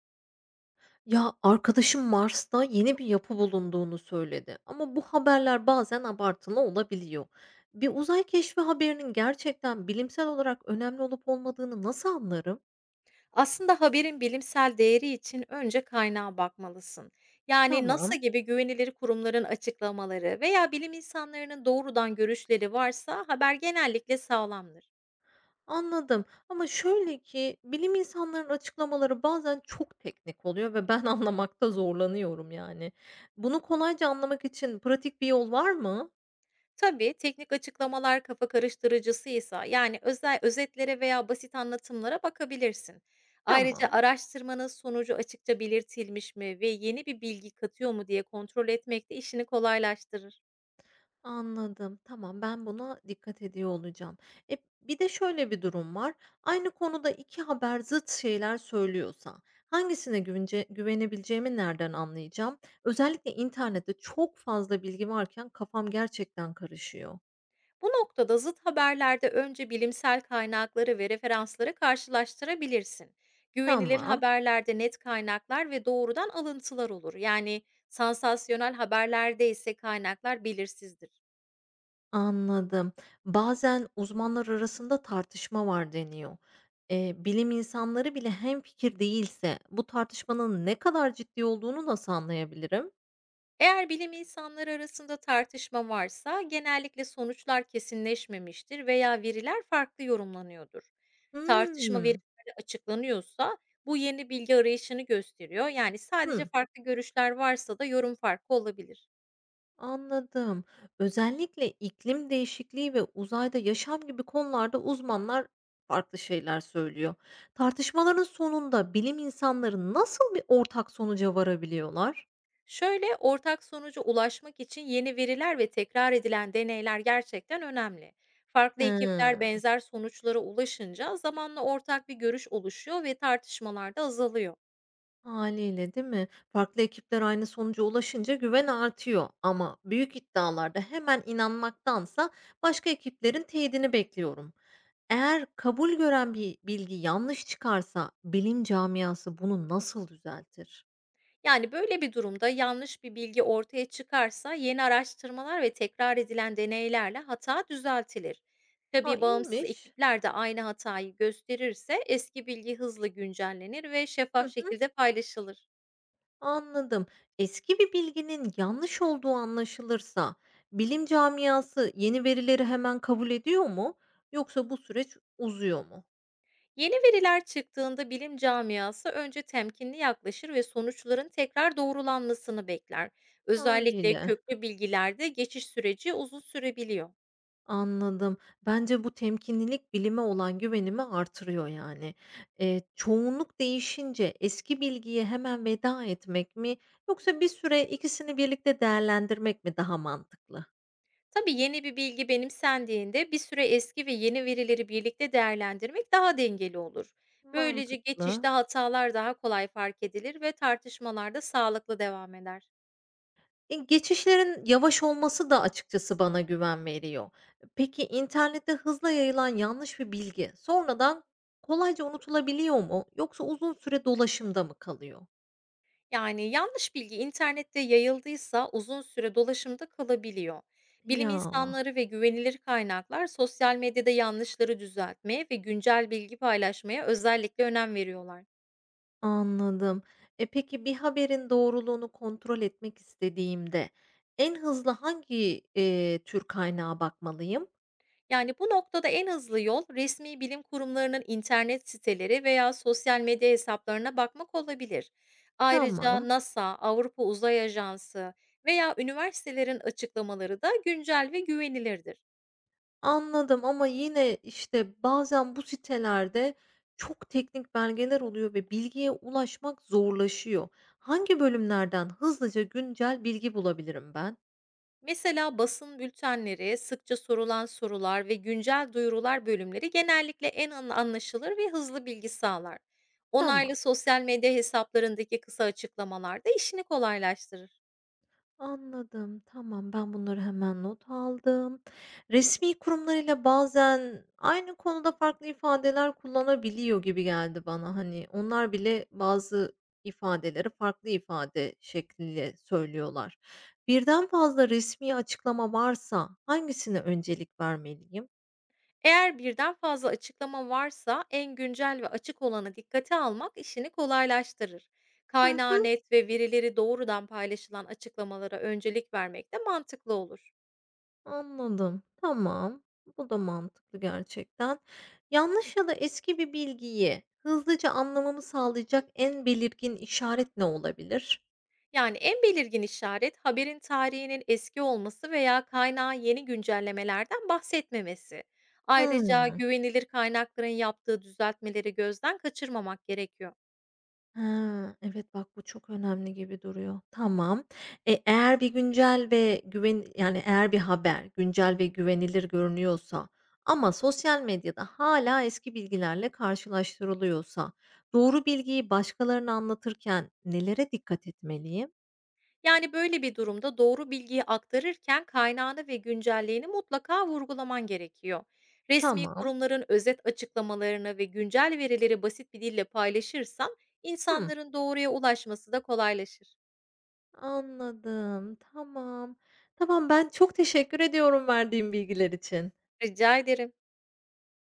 Ya, arkadaşım Mars'ta yeni bir yapı bulunduğunu söyledi ama bu haberler bazen abartılı olabiliyor. Bir uzay keşfi haberinin gerçekten bilimsel olarak önemli olup olmadığını nasıl anlarım? Aslında haberin bilimsel değeri için önce kaynağa bakmalısın. Yani NASA Tamam, gibi güvenilir kurumların açıklamaları veya bilim insanlarının doğrudan görüşleri varsa haber genellikle sağlamdır. anladım ama şöyle ki bilim insanlarının açıklamaları bazen çok teknik oluyor ve ben anlamakta zorlanıyorum yani. Bunu kolayca anlamak için pratik bir yol var mı? Tabii teknik açıklamalar kafa karıştırıcısıysa yani özel özetlere veya basit anlatımlara bakabilirsin. Ayrıca Tamam. araştırmanın sonucu açıkça belirtilmiş mi ve yeni bir bilgi katıyor mu diye kontrol etmek de işini kolaylaştırır. Anladım. Tamam, ben buna dikkat ediyor olacağım. E, Bir de şöyle bir durum var. Aynı konuda 2 haber zıt şeyler söylüyorsa hangisine güvenebileceğimi nereden anlayacağım? Özellikle internette çok fazla bilgi varken kafam gerçekten karışıyor. Bu noktada zıt haberlerde önce bilimsel kaynakları ve referansları karşılaştırabilirsin. Güvenilir Tamam, haberlerde net kaynaklar ve doğrudan alıntılar olur. Yani sansasyonel haberlerde ise kaynaklar belirsizdir. anladım. Bazen uzmanlar arasında tartışma var deniyor. Bilim insanları bile hemfikir değilse bu tartışmanın ne kadar ciddi olduğunu nasıl anlayabilirim? Eğer bilim insanları arasında tartışma varsa genellikle sonuçlar kesinleşmemiştir veya veriler farklı yorumlanıyordur. Tartışma Hmm. verilerde açıklanıyorsa bu yeni bilgi arayışını gösteriyor. Yani sadece Hı. farklı görüşler varsa da yorum farkı olabilir. Anladım. Özellikle iklim değişikliği ve uzayda yaşam gibi konularda uzmanlar farklı şeyler söylüyor. Tartışmaların sonunda bilim insanları nasıl bir ortak sonuca varabiliyorlar? Şöyle, ortak sonuca ulaşmak için yeni veriler ve tekrar edilen deneyler gerçekten önemli. Farklı ekipler He, benzer sonuçlara ulaşınca zamanla ortak bir görüş oluşuyor ve tartışmalar da azalıyor. haliyle değil mi? Farklı ekipler aynı sonuca ulaşınca güven artıyor. Ama büyük iddialarda hemen inanmaktansa başka ekiplerin teyidini bekliyorum. Eğer kabul gören bir bilgi yanlış çıkarsa bilim camiası bunu nasıl düzeltir? Yani böyle bir durumda yanlış bir bilgi ortaya çıkarsa yeni araştırmalar ve tekrar edilen deneylerle hata düzeltilir. Ha, Tabii bağımsız iyiymiş. ekipler de aynı hatayı gösterirse eski bilgi hızla güncellenir ve Hı şeffaf hı, şekilde paylaşılır. anladım. Eski bir bilginin yanlış olduğu anlaşılırsa bilim camiası yeni verileri hemen kabul ediyor mu yoksa bu süreç uzuyor mu? Yeni veriler çıktığında bilim camiası önce temkinli yaklaşır ve sonuçların tekrar doğrulanmasını bekler. Özellikle Haliyle. köklü bilgilerde geçiş süreci uzun sürebiliyor. Anladım. Bence bu temkinlilik bilime olan güvenimi artırıyor yani. Çoğunluk değişince eski bilgiye hemen veda etmek mi yoksa bir süre ikisini birlikte değerlendirmek mi daha mantıklı? Tabii yeni bir bilgi benimsendiğinde bir süre eski ve yeni verileri birlikte değerlendirmek daha dengeli olur. Böylece Mantıklı. geçişte hatalar daha kolay fark edilir ve tartışmalarda sağlıklı devam eder. Geçişlerin yavaş olması da açıkçası bana güven veriyor. Peki, internette hızla yayılan yanlış bir bilgi sonradan kolayca unutulabiliyor mu yoksa uzun süre dolaşımda mı kalıyor? Yani, yanlış bilgi internette yayıldıysa uzun süre dolaşımda kalabiliyor. Bilim Ya, insanları ve güvenilir kaynaklar sosyal medyada yanlışları düzeltmeye ve güncel bilgi paylaşmaya özellikle önem veriyorlar. anladım. Peki, bir haberin doğruluğunu kontrol etmek istediğimde en hızlı hangi, tür kaynağa bakmalıyım? Yani bu noktada en hızlı yol resmi bilim kurumlarının internet siteleri veya sosyal medya hesaplarına bakmak olabilir. Tamam. Ayrıca NASA, Avrupa Uzay Ajansı veya üniversitelerin açıklamaları da güncel ve güvenilirdir. Anladım ama yine, işte, bazen bu sitelerde çok teknik belgeler oluyor ve bilgiye ulaşmak zorlaşıyor. Hangi bölümlerden hızlıca güncel bilgi bulabilirim ben? Mesela basın bültenleri, sıkça sorulan sorular ve güncel duyurular bölümleri genellikle en anlaşılır ve hızlı bilgi sağlar. Tamam. Onaylı sosyal medya hesaplarındaki kısa açıklamalar da işini kolaylaştırır. Anladım, tamam. Ben bunları hemen not aldım. Resmî kurumlarıyla bazen aynı konuda farklı ifadeler kullanabiliyor gibi geldi bana. Hani, onlar bile bazı ifadeleri farklı ifade şekliyle söylüyorlar. Birden fazla resmi açıklama varsa hangisine öncelik vermeliyim? Eğer birden fazla açıklama varsa en güncel ve açık olanı dikkate almak işini kolaylaştırır. Hı hı. Kaynağı net ve verileri doğrudan paylaşılan açıklamalara öncelik vermek de mantıklı olur. Anladım. Tamam. Bu da mantıklı gerçekten. Yanlış ya da eski bir bilgiyi hızlıca anlamamı sağlayacak en belirgin işaret ne olabilir? Yani en belirgin işaret haberin tarihinin eski olması veya kaynağı yeni güncellemelerden bahsetmemesi. Ayrıca Hımm. güvenilir kaynakların yaptığı düzeltmeleri gözden kaçırmamak gerekiyor. Ha, evet, bak bu çok önemli gibi duruyor. Tamam. Eğer bir güncel ve güven yani eğer bir haber güncel ve güvenilir görünüyorsa ama sosyal medyada hala eski bilgilerle karşılaştırılıyorsa doğru bilgiyi başkalarına anlatırken nelere dikkat etmeliyim? Yani böyle bir durumda doğru bilgiyi aktarırken kaynağını ve güncelliğini mutlaka vurgulaman gerekiyor. Resmi Tamam. kurumların özet açıklamalarını ve güncel verileri basit bir dille paylaşırsan Hımm. insanların doğruya ulaşması da kolaylaşır. Anladım. Tamam. Tamam, ben çok teşekkür ediyorum verdiğin bilgiler için. Rica ederim.